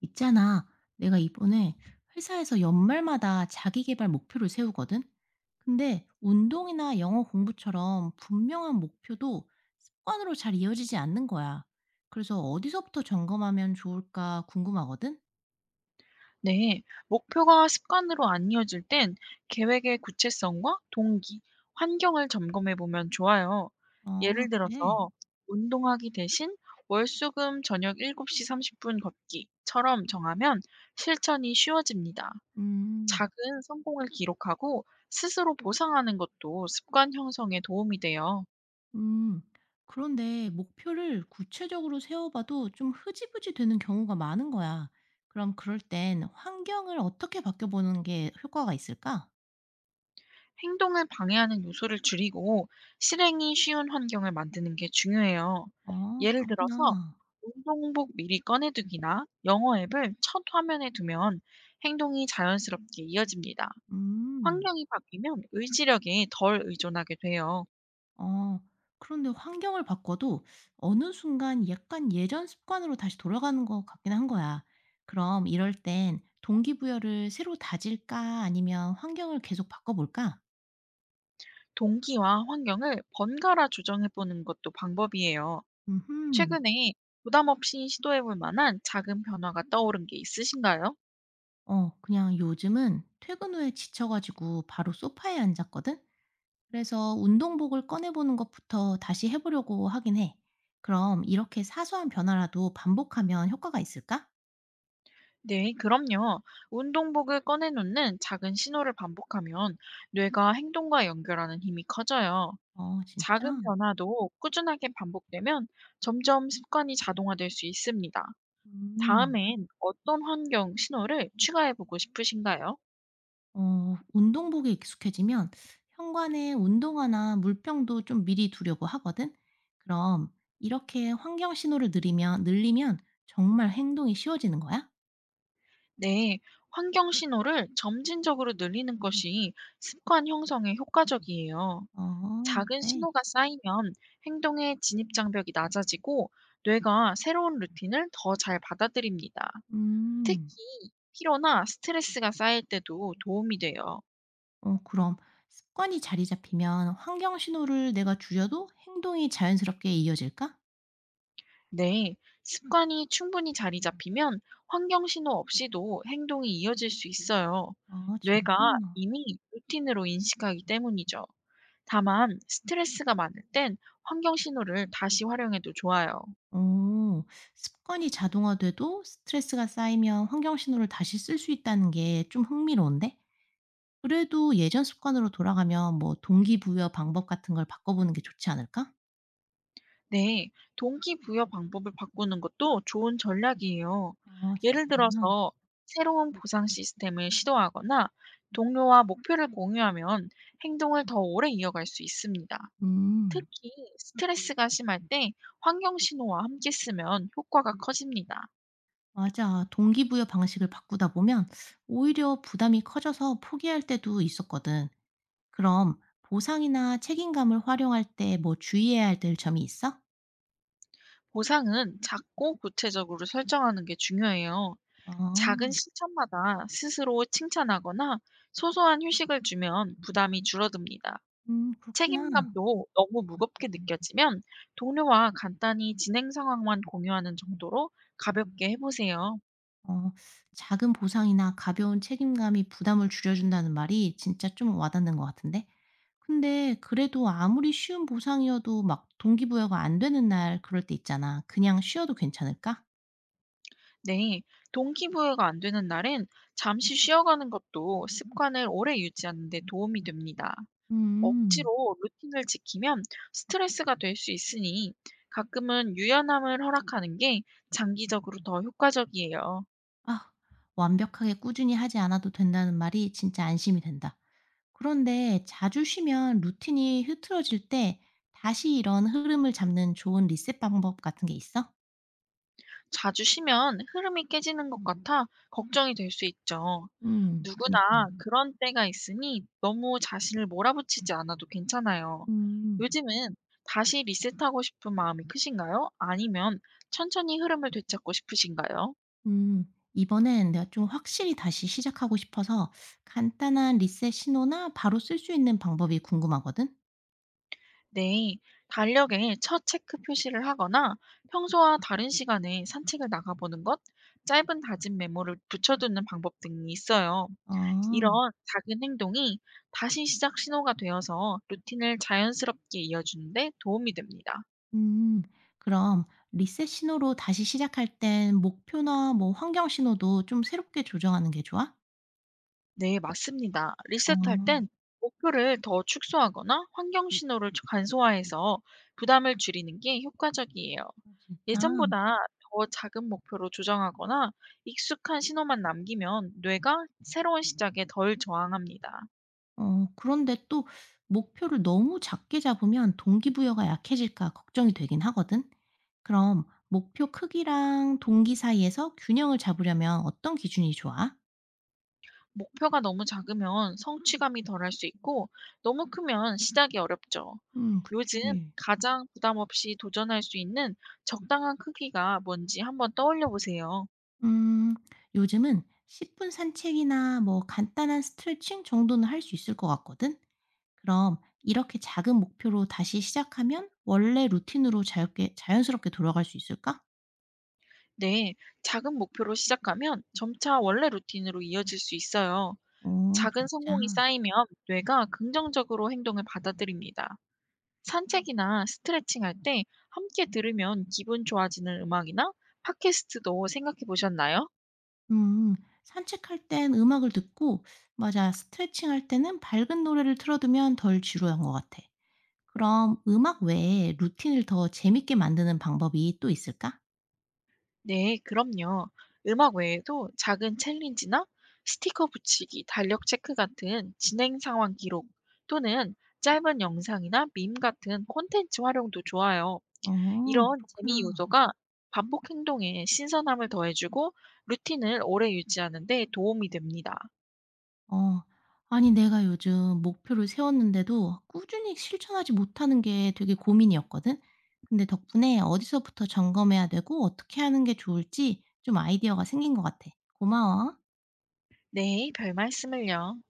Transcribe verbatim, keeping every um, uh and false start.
있잖아, 내가 이번에 회사에서 연말마다 자기 개발 목표를 세우거든? 근데 운동이나 영어 공부처럼 분명한 목표도 습관으로 잘 이어지지 않는 거야. 그래서 어디서부터 점검하면 좋을까 궁금하거든? 네, 목표가 습관으로 안 이어질 땐 계획의 구체성과 동기, 환경을 점검해 보면 좋아요. 아, 예를 그래. 들어서 운동하기 대신 월수금 저녁 일곱 시 삼십 분 걷기처럼 정하면 실천이 쉬워집니다. 음, 작은 성공을 기록하고 스스로 보상하는 것도 습관 형성에 도움이 돼요. 음. 그런데 목표를 구체적으로 세워봐도 좀 흐지부지 되는 경우가 많은 거야. 그럼 그럴 땐 환경을 어떻게 바꿔보는 게 효과가 있을까? 행동을 방해하는 요소를 줄이고 실행이 쉬운 환경을 만드는 게 중요해요. 어, 예를 들어서 그렇구나. 운동복 미리 꺼내두기나 영어 앱을 첫 화면에 두면 행동이 자연스럽게 이어집니다. 음. 환경이 바뀌면 의지력에 덜 의존하게 돼요. 어, 그런데 환경을 바꿔도 어느 순간 약간 예전 습관으로 다시 돌아가는 것 같긴 한 거야. 그럼 이럴 땐 동기부여를 새로 다질까 아니면 환경을 계속 바꿔볼까? 동기와 환경을 번갈아 조정해보는 것도 방법이에요. 음흠. 최근에 부담 없이 시도해볼 만한 작은 변화가 떠오른 게 있으신가요? 어, 그냥 요즘은 퇴근 후에 지쳐가지고 바로 소파에 앉았거든? 그래서 운동복을 꺼내보는 것부터 다시 해보려고 하긴 해. 그럼 이렇게 사소한 변화라도 반복하면 효과가 있을까? 네, 그럼요. 운동복을 꺼내놓는 작은 신호를 반복하면 뇌가 행동과 연결하는 힘이 커져요. 어, 작은 진짜? 변화도 꾸준하게 반복되면 점점 습관이 자동화될 수 있습니다. 음. 다음엔 어떤 환경 신호를 추가해 보고 싶으신가요? 어, 운동복에 익숙해지면 현관에 운동화나 물병도 좀 미리 두려고 하거든. 그럼 이렇게 환경 신호를 늘리면 늘리면 정말 행동이 쉬워지는 거야? 네, 환경 신호를 점진적으로 늘리는 것이 습관 형성에 효과적이에요. 어, 작은 그래. 신호가 쌓이면 행동의 진입 장벽이 낮아지고 뇌가 새로운 루틴을 더 잘 받아들입니다. 특히 음. 피로나 스트레스가 쌓일 때도 도움이 돼요. 어, 그럼 습관이 자리 잡히면 환경 신호를 내가 줄여도 행동이 자연스럽게 이어질까? 네, 습관이 충분히 자리 잡히면 환경 신호 없이도 행동이 이어질 수 있어요. 아, 진짜? 뇌가 이미 루틴으로 인식하기 때문이죠. 다만 스트레스가 많을 땐 환경 신호를 다시 활용해도 좋아요. 어, 습관이 자동화돼도 스트레스가 쌓이면 환경 신호를 다시 쓸 수 있다는 게 좀 흥미로운데? 그래도 예전 습관으로 돌아가면 뭐 동기부여 방법 같은 걸 바꿔보는 게 좋지 않을까? 네, 동기부여 방법을 바꾸는 것도 좋은 전략이에요. 아, 예를 진짜? 들어서 새로운 보상 시스템을 시도하거나 동료와 목표를 공유하면 행동을 더 오래 이어갈 수 있습니다. 음. 특히 스트레스가 심할 때 환경 신호와 함께 쓰면 효과가 커집니다. 맞아. 동기부여 방식을 바꾸다 보면 오히려 부담이 커져서 포기할 때도 있었거든. 그럼 보상이나 책임감을 활용할 때 뭐 주의해야 할 점이 있어? 보상은 작고 구체적으로 설정하는 게 중요해요. 작은 아. 실천마다 스스로 칭찬하거나 소소한 휴식을 주면 부담이 줄어듭니다. 음, 그렇구나. 책임감도 너무 무겁게 느껴지면 동료와 간단히 진행 상황만 공유하는 정도로 가볍게 해보세요. 어, 작은 보상이나 가벼운 책임감이 부담을 줄여준다는 말이 진짜 좀 와닿는 것 같은데? 근데 그래도 아무리 쉬운 보상이어도 막 동기부여가 안 되는 날 그럴 때 있잖아. 그냥 쉬어도 괜찮을까? 네, 동기부여가 안 되는 날엔 잠시 쉬어가는 것도 습관을 오래 유지하는 데 도움이 됩니다. 음, 억지로 루틴을 지키면 스트레스가 될 수 있으니 가끔은 유연함을 허락하는 게 장기적으로 더 효과적이에요. 아, 완벽하게 꾸준히 하지 않아도 된다는 말이 진짜 안심이 된다. 그런데 자주 쉬면 루틴이 흐트러질 때 다시 이런 흐름을 잡는 좋은 리셋 방법 같은 게 있어? 자주 쉬면 흐름이 깨지는 것 같아 걱정이 될 수 있죠. 음, 누구나 그니까. 그런 때가 있으니 너무 자신을 몰아붙이지 않아도 괜찮아요. 음. 요즘은 다시 리셋하고 싶은 마음이 크신가요? 아니면 천천히 흐름을 되찾고 싶으신가요? 음, 이번엔 내가 좀 확실히 다시 시작하고 싶어서 간단한 리셋 신호나 바로 쓸 수 있는 방법이 궁금하거든? 네, 달력에 첫 체크 표시를 하거나 평소와 다른 시간에 산책을 나가보는 것, 짧은 다짐 메모를 붙여두는 방법 등이 있어요. 아, 이런 작은 행동이 다시 시작 신호가 되어서 루틴을 자연스럽게 이어주는 데 도움이 됩니다. 음, 그럼 리셋 신호로 다시 시작할 땐 목표나 뭐 환경 신호도 좀 새롭게 조정하는 게 좋아? 네, 맞습니다. 어, 리셋할 음. 땐 목표를 더 축소하거나 환경 신호를 간소화해서 부담을 줄이는 게 효과적이에요. 음. 진짜? 예전보다 더 작은 목표로 조정하거나 익숙한 신호만 남기면 뇌가 새로운 시작에 덜 저항합니다. 어, 그런데 또 목표를 너무 작게 잡으면 동기부여가 약해질까 걱정이 되긴 하거든? 그럼 목표 크기랑 동기 사이에서 균형을 잡으려면 어떤 기준이 좋아? 목표가 너무 작으면 성취감이 덜할 수 있고 너무 크면 시작이 어렵죠. 음, 그쵸. 요즘 예. 가장 부담 없이 도전할 수 있는 적당한 크기가 뭔지 한번 떠올려 보세요. 음, 요즘은 십 분 산책이나 뭐 간단한 스트레칭 정도는 할 수 있을 것 같거든. 그럼 이렇게 작은 목표로 다시 시작하면 원래 루틴으로 자유롭게 자연스럽게 돌아갈 수 있을까? 네, 작은 목표로 시작하면 점차 원래 루틴으로 이어질 수 있어요. 어, 작은 진짜. 성공이 쌓이면 뇌가 긍정적으로 행동을 받아들입니다. 산책이나 스트레칭 할 때 함께 들으면 기분 좋아지는 음악이나 팟캐스트도 생각해 보셨나요? 음. 산책할 땐 음악을 듣고 맞아, 스트레칭할 때는 밝은 노래를 틀어 두면 덜 지루한 것 같아. 그럼 음악 외에 루틴을 더 재밌게 만드는 방법이 또 있을까? 네, 그럼요. 음악 외에도 작은 챌린지나 스티커 붙이기, 달력 체크 같은 진행 상황 기록 또는 짧은 영상이나 밈 같은 콘텐츠 활용도 좋아요. 어, 이런 재미 그렇구나. 요소가 반복 행동에 신선함을 더해 주고 루틴을 오래 유지하는 데 도움이 됩니다. 어. 아니 내가 요즘 목표를 세웠는데도 꾸준히 실천하지 못하는 게 되게 고민이었거든. 근데 덕분에 어디서부터 점검해야 되고 어떻게 하는 게 좋을지 좀 아이디어가 생긴 것 같아. 고마워. 네, 별 말씀을요.